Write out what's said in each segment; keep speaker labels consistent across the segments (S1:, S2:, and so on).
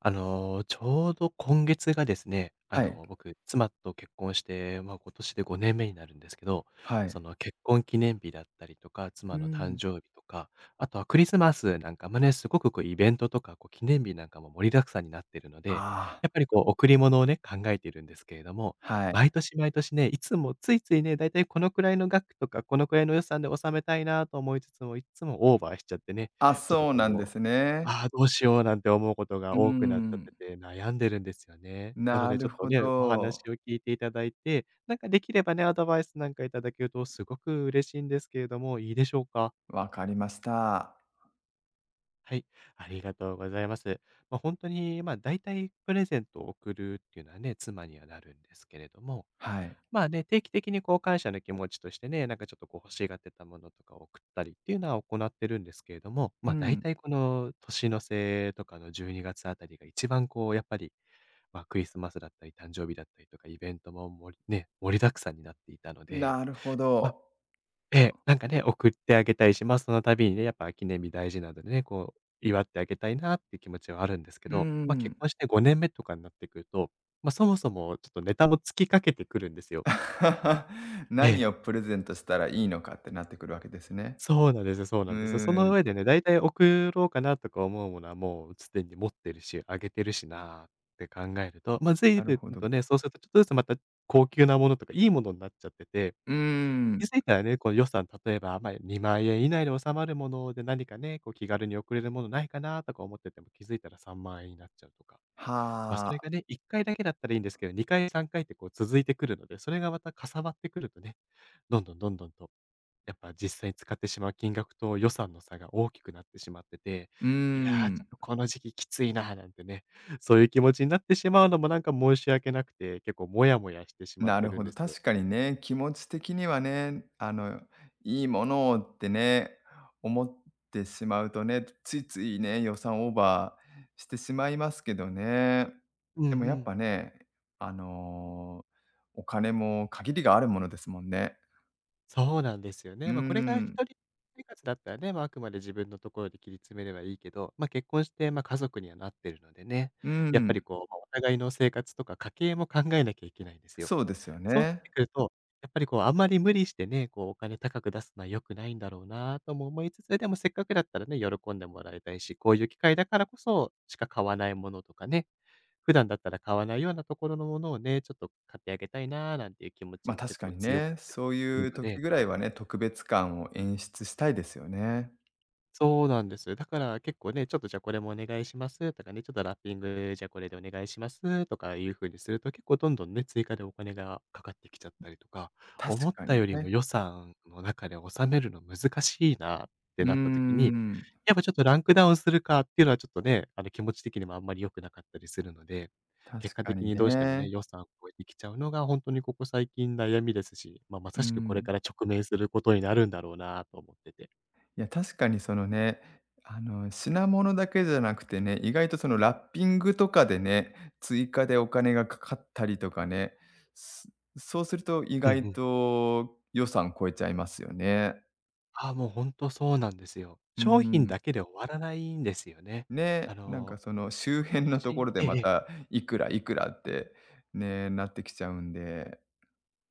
S1: ちょうど今月がですね、
S2: はい、
S1: 僕、妻と結婚して、まあ、今年で5年目になるんですけど、
S2: はい。
S1: その、結婚記念日だったりとか、
S2: うー
S1: 妻の誕
S2: ん。
S1: 生日とか、あとはクリスマスなんかもね、すごくこうイベントとか、こう記念日なんかも盛りだくさんになってるので、
S2: あ
S1: やっぱりこう贈り物をね、考えているんですけれども、
S2: あ、はい。
S1: 毎年毎年ね、いつもついついね、だいたいこのくらいの額とか、このくらいの予算で収めたいなと思いつつも、いつもオーバーしちゃってね、
S2: あ、
S1: ちょっと
S2: そうなんで
S1: こ
S2: す
S1: う
S2: ね。
S1: ああ、どうしようなんて思うこと
S2: う
S1: が
S2: ー
S1: 多くなっちゃって
S2: ん。
S1: て、悩んでるんですよね。なの
S2: な
S1: でち
S2: る
S1: ょっと
S2: ほ
S1: ね、お話
S2: ど。
S1: を聞いていただいて、なんかできればね、アドバイスなんかいただけるとすごく嬉しいんですけれども、いいでしょうか？
S2: わかりました。
S1: はい、ありがとうございます。本当に、まあ、だいたいプレゼントを送るっていうのはね、妻にはなるんですけれども、
S2: はい。
S1: まあね、定期的にこう感謝の気持ちとしてね、なんかちょっとこう欲しがってたものとかを送ったりっていうのは行ってるんですけれども、
S2: う
S1: ま、だい
S2: ん。
S1: たいこの年の瀬とかの12月あたりが一番こうやっぱり、ま、クリスマスだったり誕生日だったりとかイベントも盛りだくさんになっていたので、
S2: なるほ
S1: ま
S2: ど。
S1: ええ、なんかね、送ってあげたいし、ま、その度にね、やっぱ記念日大事なのでね、こう、祝ってあげたいなっていう気持ちはあるんですけ
S2: うー
S1: ど、ま、結
S2: ん。
S1: 婚して5年目とかになってくると、ま、そもそもちょっとネタも尽きかけてくるんですよ。ええ、
S2: 何をプレゼントしたらいいのかってなってくるわけですね。
S1: そうな
S2: う
S1: んですよ。そ
S2: ー
S1: の
S2: ん、
S1: 上でね、だいたい送ろうかなとか思うものはもう既に持ってるし、あげてるしなーって考えると、ま、随
S2: なる
S1: 分
S2: ほど。
S1: とね、そうするとちょっとずつまた高級なものとかいいものになっちゃってて
S2: うー
S1: 気
S2: ん。
S1: づいたらね、こう予算、例えば、まあ、¥2 万以内で収まるもので何かね、こう気軽に送れるものないかなとか思ってても、気づいたら3万になっちゃうとか。まあ、
S2: は
S1: それ
S2: あ。
S1: がね、1回だけだったらいいんですけど、2回、3回ってこう続いてくるので、それがまた重なってくるとね、どんどんどんどんと、やっぱ実際に使ってしまう金額と予算の差が大きくなってしまってて、
S2: うー
S1: いやー、ちょ
S2: ん。
S1: っとこの時期きついなーなんてね、そういう気持ちになってしまうのもなんか申し訳なくて、結構モヤモヤしてしまっ
S2: な
S1: て
S2: る
S1: るん
S2: ほど。
S1: ですよ。
S2: 確かにね、気持ち的にはね、いいものをってね、思ってしまうとね、ついついね、予算オーバーしてしまいますけどね。
S1: うんう
S2: でもやっ
S1: ん。
S2: ぱね、あの、お金も限りがあるものですもんね。
S1: そうなんですよ
S2: うー
S1: ね。まあ、これが一
S2: ん、
S1: 人生活だったらね、まあ、あくまで自分のところで切り詰めればいいけど、まあ、結婚して、まあ、家族にはなってるのでね、
S2: うー
S1: やっぱり
S2: ん、
S1: こう、ま、お互いの生活とか家計も考えなきゃいけないんですよ。
S2: そうですよ
S1: そうなっ
S2: ね。
S1: てくると、やっぱりこうあんまり無理してね、こうお金高く出すのは良くないんだろうなとも思いつつ、でもせっかくだったらね、喜んでもらいたいし、こういう機会だからこそしか買わないものとかね、普段だったら買わないようなところのものをね、ちょっと買ってあげたいななんていう気持ち
S2: ま、
S1: も
S2: 確
S1: 結
S2: か
S1: 構
S2: に
S1: 強か
S2: ね、
S1: ったり
S2: そう
S1: す
S2: い
S1: る
S2: う
S1: の
S2: 時
S1: で
S2: ぐらいはね、特別感を演出したいですよね。
S1: そうなんです。だから結構ね、ちょっとじゃあこれもお願いしますとかね、ちょっとラッピング、じゃあこれでお願いしますとかいう風にすると、結構どんどんね、追加でお金がかかってきちゃったりとか、思
S2: 確
S1: っ
S2: か
S1: た
S2: に
S1: よりも
S2: ね。
S1: 予算の中で収めるの難しいなっ
S2: う
S1: て
S2: ー
S1: なった時に、
S2: ん、
S1: やっぱちょっとランクダウンするかっていうのはちょっとね、あの気持ち的にもあんまり良くなかったりするので、
S2: 確
S1: 結果
S2: か
S1: 的
S2: に
S1: にどうしてもね、
S2: ね。
S1: 予算を超えてきちゃうのが本当にここ最近悩みですし、まあ、ま
S2: う
S1: さしくこれ
S2: ん。
S1: から直面することになるんだろうなと思ってて。
S2: いや、確かにそのね、あの、品物だけじゃなくてね、意外とそのラッピングとかでね、追加でお金がかかったりとかね、すそうすると意
S1: うんう
S2: 外
S1: ん。
S2: と予算超えちゃいますよね。
S1: ああ、もうほんとそうなんですよ。
S2: う
S1: 商品
S2: ん。
S1: だけで終わらないんですよね。あ
S2: ね、なん
S1: の、
S2: かその周
S1: 一昨
S2: 辺のとこ
S1: 年
S2: ろで
S1: ええ
S2: ま
S1: ええ。
S2: たいくらいくらって、ね、なってきちゃうんで、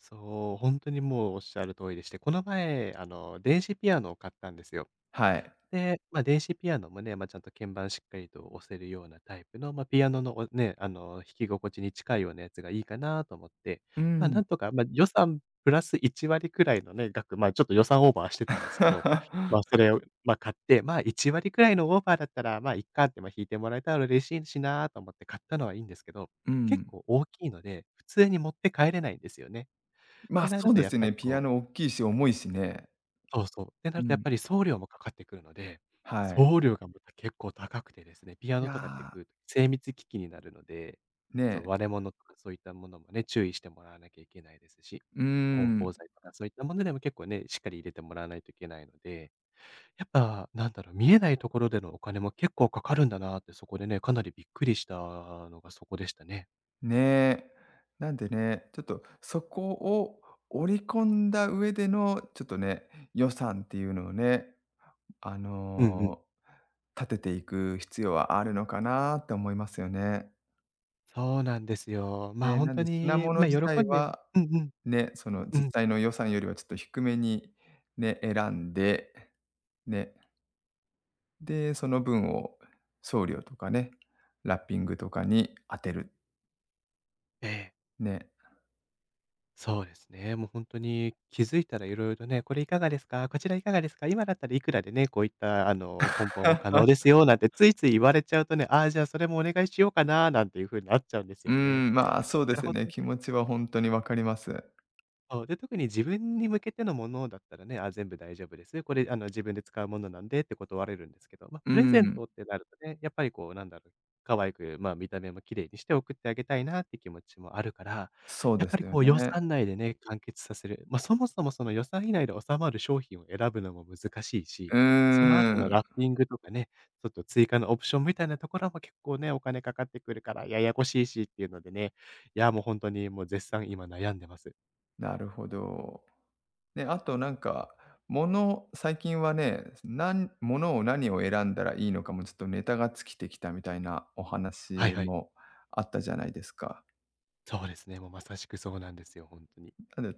S1: そう、本当にもうおっしゃる通りでして、この前、あの、電子ピアノを買ったんですよ。
S2: はい。
S1: で、まあ、電子ピアノもね、まあ、ちゃんと鍵盤しっかりと押せるようなタイプの、まあ、ピアノのおね、あの、弾き心地に近いようなやつがいいかなと思って、
S2: う
S1: まあ、
S2: ん。
S1: なんとか、まあ、予算プラス1割くらいのね、額、まあ、ちょっと予算オーバーしてたんですけど、まあ、そ れを、まあ、買って、まあ、1割くらいのオーバーだったら、まあ、いっかって、まあ、弾いてもらえたら嬉しいしなと思って買ったのはいいんですけど、
S2: う
S1: 結
S2: ん。
S1: 構大きいので、普通に持って帰れないんですよね。っ
S2: ま
S1: て
S2: あ、
S1: な
S2: そ
S1: る
S2: う
S1: と
S2: で
S1: やっ
S2: す
S1: ぱ
S2: ね、
S1: り
S2: ピア
S1: こ
S2: ノ
S1: う
S2: 大きいし重いしね。
S1: そうそう。ってな
S2: う
S1: るとやっ
S2: ん、
S1: ぱり送料もかかってくるので、
S2: はい。
S1: 送料がまた結構高くてですね、ピア
S2: い
S1: ノとかってく
S2: や、
S1: ると精密機器になるので、そう、
S2: ね、
S1: 割れ物とかそういったものもね、注意してもらわなきゃいけないですし、
S2: うー
S1: 梱
S2: ん、
S1: 包材とかそういったものでも結構ね、しっかり入れてもらわないといけないので、やっぱなんだろう、見えないところでのお金も結構かかるんだなってそこでね、かなりびっくりしたのがそこでしたね。
S2: ね。なんでね、ちょっとそこを織り込んだ上での、ちょっとね、予算っていうのをね、あ
S1: うんうん。
S2: の、立てていく必要はあるのかなって思いますよね。
S1: そうなんですよ。まあ、
S2: ね、
S1: 本
S2: なん
S1: 当
S2: で品
S1: に、
S2: 物
S1: ま、
S2: 自
S1: 喜
S2: 体
S1: んでうん
S2: は、
S1: うん。
S2: ね、その
S1: う
S2: 実
S1: ん。
S2: 際の予算よりはちょっと低めにね、選んで、ね、で、その分を送料とかね、ラッピングとかに当てる、
S1: ええ。
S2: ね。
S1: そうですね。もう本当に気づいたら色々とね、これいかがですか？こちらいかがですか？今だったらいくらでね、こういったあの、梱包も可能ですよなんてついつい言われちゃうとね、ああ、じゃあそれもお願いしようかななんていう風になっちゃうんです
S2: うー
S1: よね。
S2: ん、まあ、そう
S1: だ
S2: で
S1: から
S2: すよ
S1: 本
S2: ね。
S1: 当
S2: 気
S1: に
S2: 持ちはほんとに分かります。
S1: そう、で、特に自分に向けてのものだったらね、あ、全部大丈夫です。これあの自分で使うものなんでって断れるんですけど、まあ、
S2: う
S1: プレゼン
S2: ん、
S1: トってなるとね、やっぱりこうなんだろう、可愛く、まあ、見た目も綺麗にして送ってあげたいなって気持ちもあるから、
S2: そう
S1: や
S2: で
S1: っぱ
S2: す
S1: り
S2: よ
S1: こう予
S2: ね。
S1: 算内でね、完結させる。まあ、そもそもその予算以内で収まる商品を選ぶのも難しい
S2: うー
S1: し、その後の
S2: ん、
S1: ラッピングとかね、ちょっと追加のオプションみたいなところも結構ね、お金かかってくるからややこしいしっていうのでね、いやもう本当にもう絶賛今悩んでます。
S2: なるほど。ね、あとなんか、物最近はね、なん物を何を選んだらいいのかもちょっとネタが尽きてきたみたいなお
S1: は
S2: 話
S1: いはい。
S2: もあったじゃないですか。
S1: そうですね、もうまさしくそうなんですよ、本当に。
S2: なんで、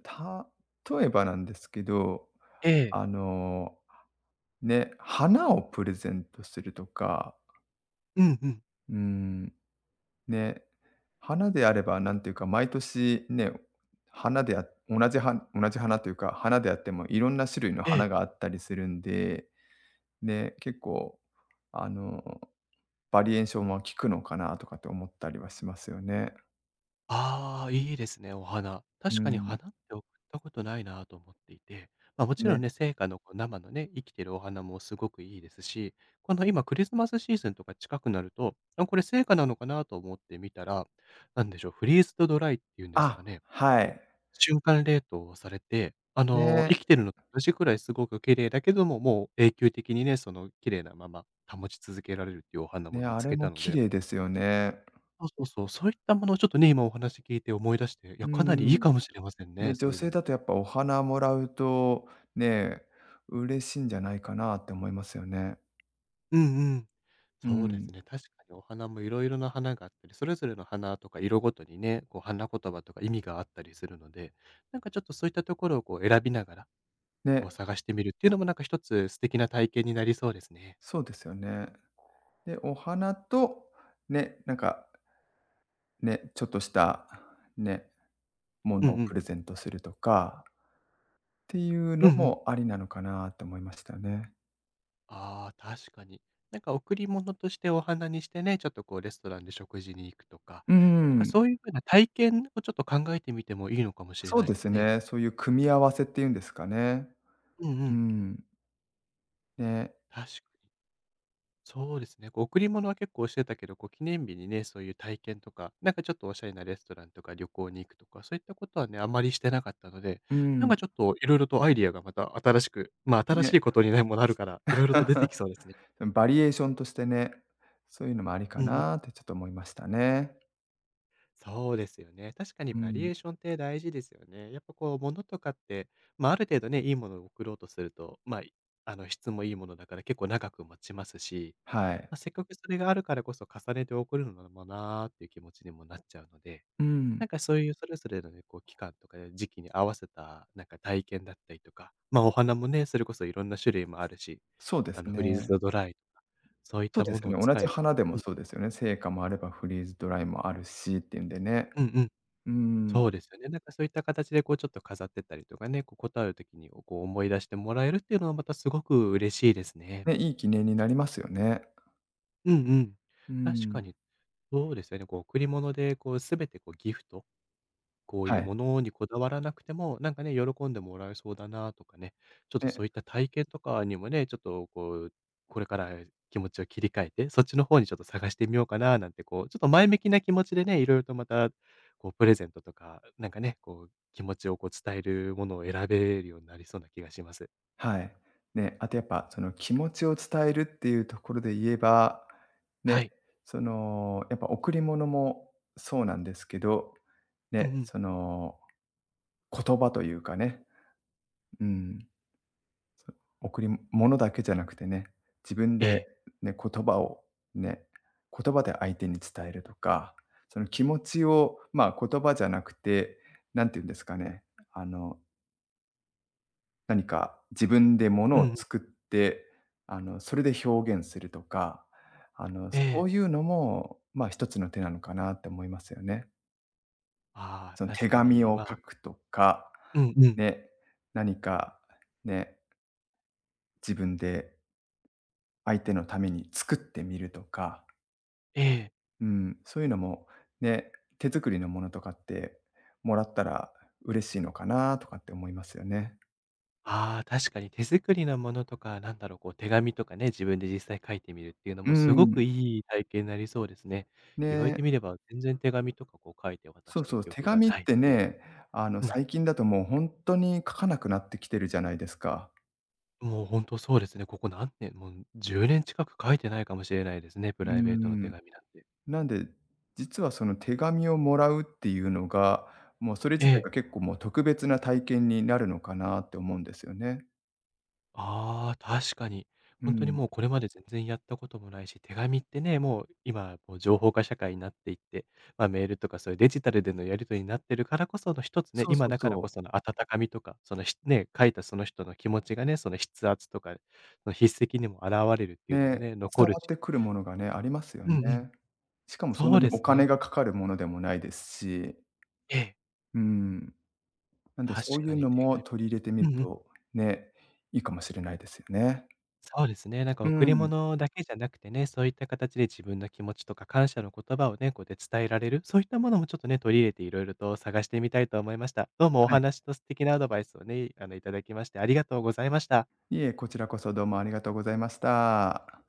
S2: 例えばなんですけど、
S1: ええ。
S2: あの、ね、花をプレゼントするとか、
S1: うんうん。
S2: うーん、ね、花であれば、なんていうか、毎年ね、花であ同じは同じ花というか、花であってもいろんな種類の
S1: ええ。
S2: 花があったりするんで、ね、結構、あの、バリエーションは効くのかなとかって思ったりはしますよね。
S1: ああ、いいですね、お花。
S2: う
S1: 確かに
S2: ん、
S1: 花って送ったことないなと思っていて、まあ、もちろ
S2: ね。
S1: んね、生花のこう生のね、生きてるお花もすごくいいですし、この今クリスマスシーズンとか近くなると、あ、これ生花なのかなと思ってみたら、なんでしょう、フリーズドドライっていうんですか
S2: あ、
S1: ね、
S2: は
S1: こう、
S2: い。
S1: 瞬間冷凍をされて、
S2: ね、
S1: 生きてるのと同じくらいすごく綺麗だけども、もう永久的にね、その綺麗なまま保ち続けられるっていうお花も
S2: ね、
S1: 見
S2: あ
S1: つ
S2: れ
S1: け
S2: も
S1: たの
S2: 綺
S1: で、
S2: 麗ですよね。
S1: そうそうそう、そういったものをちょっとね、今お話聞いて思い出して、い
S2: う
S1: や、
S2: ー
S1: かなりいい
S2: ん。
S1: かもしれませんね、
S2: ね、
S1: そ
S2: 女
S1: ういうの
S2: 性
S1: も。
S2: だとやっぱお花もらうと、ね、嬉しいんじゃないかなって思いますよね。
S1: うんうん。
S2: う
S1: そうで
S2: ん。
S1: すね、確かにお花もいろいろな花があったり、それぞれの花とか色ごとにね、こう花言葉とか意味があったりするので、なんかちょっとそういったところをこう選びながら、
S2: ね。
S1: こう探してみるっていうのもなんか一つ素敵な体験になりそうですね。
S2: そうですよね。で、お花と、ね、なんか、ね、ちょっとした、ね、も
S1: うんう
S2: のをプ
S1: ん。
S2: レゼントするとかっていう
S1: う
S2: の
S1: んうん。
S2: もありなのかなと思いましたね。
S1: ああ、確かに。なんか贈り物としてお花にしてね、ちょっとこうレストランで食事に行くとか、
S2: う
S1: なんか
S2: ん、
S1: そういう風な体験をちょっと考えてみてもいいのかもしれ
S2: そう
S1: ない
S2: で
S1: です
S2: す
S1: ね。
S2: ね。そういう組み合わせっていうんですかね。
S1: うんう
S2: う
S1: ん。
S2: ん。ね、
S1: 確かに。そうですね。こう贈り物は結構してたけど、こう記念日にね、そういう体験とか、なんかちょっとおしゃれなレストランとか旅行に行くとか、そういったことはね、あまりしてなかったので、
S2: う
S1: なん
S2: ん、
S1: かちょっと色々とアイディアがまた新しく、まあ新し
S2: ね。
S1: いことにね、もなるから、色々と出てきそうですね。
S2: バリエーションとしてね、そういうのもありか
S1: うんうん。
S2: なってちょっと思いましたね。
S1: そうですよね。確かに
S2: う
S1: バリエ
S2: ん、
S1: ーションって大事ですよね。やっぱこう、物とかって、まあ、ある程度ね、いいものを送ろうとすると、まあ、質もいいものだから結構長く持ちますし、
S2: はい。
S1: まあ、せっかくそれがあるからこそ重ねて送るのもなーっていう気持ちにもなっちゃうので、
S2: う
S1: な
S2: ん、
S1: んかそういうそれぞれのね、こう、期間とか時期に合わせた、なんか体験だったりとか、まあ、お花もね、それこそいろんな種類もあるし、
S2: そうです
S1: フリー
S2: ね。
S1: ズドライとか、そういっ
S2: そう
S1: た
S2: で
S1: も
S2: す
S1: のを
S2: よね。同
S1: 使
S2: じ
S1: えば、
S2: 花で
S1: う
S2: も
S1: ん、
S2: そうですよね。生花もあればフリーズドライもあるしっていうんでね。
S1: うんうん、
S2: うーん。
S1: そうですよね。なんかそういった形でこうちょっと飾ってったりとかね、こう事あるときにこう思い出してもらえるっていうのはまたすごく嬉しいですね。
S2: ね、いい記念になりますよね。
S1: うんうん。
S2: うー
S1: 確
S2: ん。
S1: かにそうですよね。こう贈り物でこうすべてこうギフトこうい
S2: は
S1: う
S2: い。
S1: ものにこだわらなくても、なんかね、喜んでもらえそうだなとかね、ちょっと
S2: ね、
S1: そういった体験とかにもね、ちょっとこう、これから気持ちを切り替えて、そっちの方にちょっと探してみようかななんて、こう、ちょっと前向きな気持ちでね、いろいろとまた、こう、プレゼントとか、なんかね、こう、気持ちをこう伝えるものを選べるようになりそうな気がします。
S2: はい。ね、あとやっぱその気持ちを伝えるっていうところで言えば、ね、
S1: はい。
S2: その、やっぱ贈り物もそうなんですけど、
S1: う
S2: ね、
S1: んうん。
S2: その言葉というかね、うん。贈り物だけじゃなくてね、自分
S1: え
S2: で
S1: え。
S2: ね、ね、言葉で相手に伝えるとか、その気持ちを、まあ、言葉じゃなくて、何て言うんですかね、あの、何か自分で物
S1: うん
S2: を
S1: うん。
S2: 作って、あの、それで表現するとか、あの、
S1: え
S2: そ
S1: え。
S2: ういうのも、まあ、一つの手なのかなって思いますよね。
S1: ああ、
S2: その
S1: 確
S2: 手
S1: か
S2: 紙
S1: に、
S2: を
S1: ま
S2: 書
S1: あ、
S2: くとか、
S1: うんうん。
S2: ね、何かね、自分で相手のために作ってみるとか、
S1: ええ。
S2: うん、そういうのもね、手作りのものとかってもらったら嬉しいのかなとかって思いますよね。
S1: ああ、確かに手作りのものとか、なんだろう、こう手紙とかね、自分で実際書いてみるっていうの
S2: う
S1: もすご
S2: ん。
S1: くいい体験になりそうですね。言われて
S2: ね、
S1: みれば、全然手紙とかこう書いて渡
S2: そ
S1: し
S2: う
S1: た
S2: そう、
S1: 記
S2: 手
S1: 憶が
S2: 紙っ
S1: ない
S2: て
S1: ので、
S2: ね、あの、
S1: うん、
S2: 最近だともう本当に書かなくなってきてるじゃないですか。
S1: もう本当そうですね。ここ何年、もう10年近く書いてないかもしれないですね、プ
S2: うー
S1: ライベートの手
S2: ん。
S1: 紙なんて。
S2: なんで、実はその手紙をもらうっていうのが、もうそれ
S1: え
S2: 自体
S1: え、
S2: が結構もう特別な体験になるのかなって思うんですよね。
S1: ああ、確かに。
S2: う
S1: 本当に
S2: ん。
S1: もうこれまで全然やったこともないし、手紙ってね、もう今もう情報化社会になっていって、まあ、メールとかそういうデジタルでのやり取りになってるからこその一つね、
S2: そうそ
S1: 今
S2: う
S1: だからこ
S2: そ
S1: そ
S2: う。
S1: の温かみとか、そのしね、書いたその人の気持ちがね、その筆圧とか、その筆跡にも現れるっていうので
S2: ね、
S1: ね、残
S2: 伝
S1: る
S2: わって
S1: し。
S2: くるものがね、ありますよ
S1: う
S2: ね。
S1: んうん。
S2: しかもそん
S1: そ
S2: な
S1: う
S2: に
S1: で
S2: お
S1: すね。
S2: 金がかかるものでもないですし、
S1: ええ、
S2: うん。なんでそ
S1: 確
S2: うい
S1: か
S2: う
S1: に
S2: の
S1: 手
S2: も
S1: 紙。
S2: 取り入れてみ
S1: う
S2: る
S1: んうん。
S2: と、ね、いいかもしれないですよね。
S1: そうですね。なんか
S2: う
S1: 贈り
S2: ん、
S1: 物だけじゃなくてね、そういった形で自分の気持ちとか感謝の言葉をね、こうやって伝えられる、そういったものもちょっとね、取り入れていろいろと探してみたいと思いました。どうもお
S2: はい。
S1: 話と素敵なアドバイスをね、いただきましてありがとうございました。
S2: いえ、こちらこそどうもありがとうございました。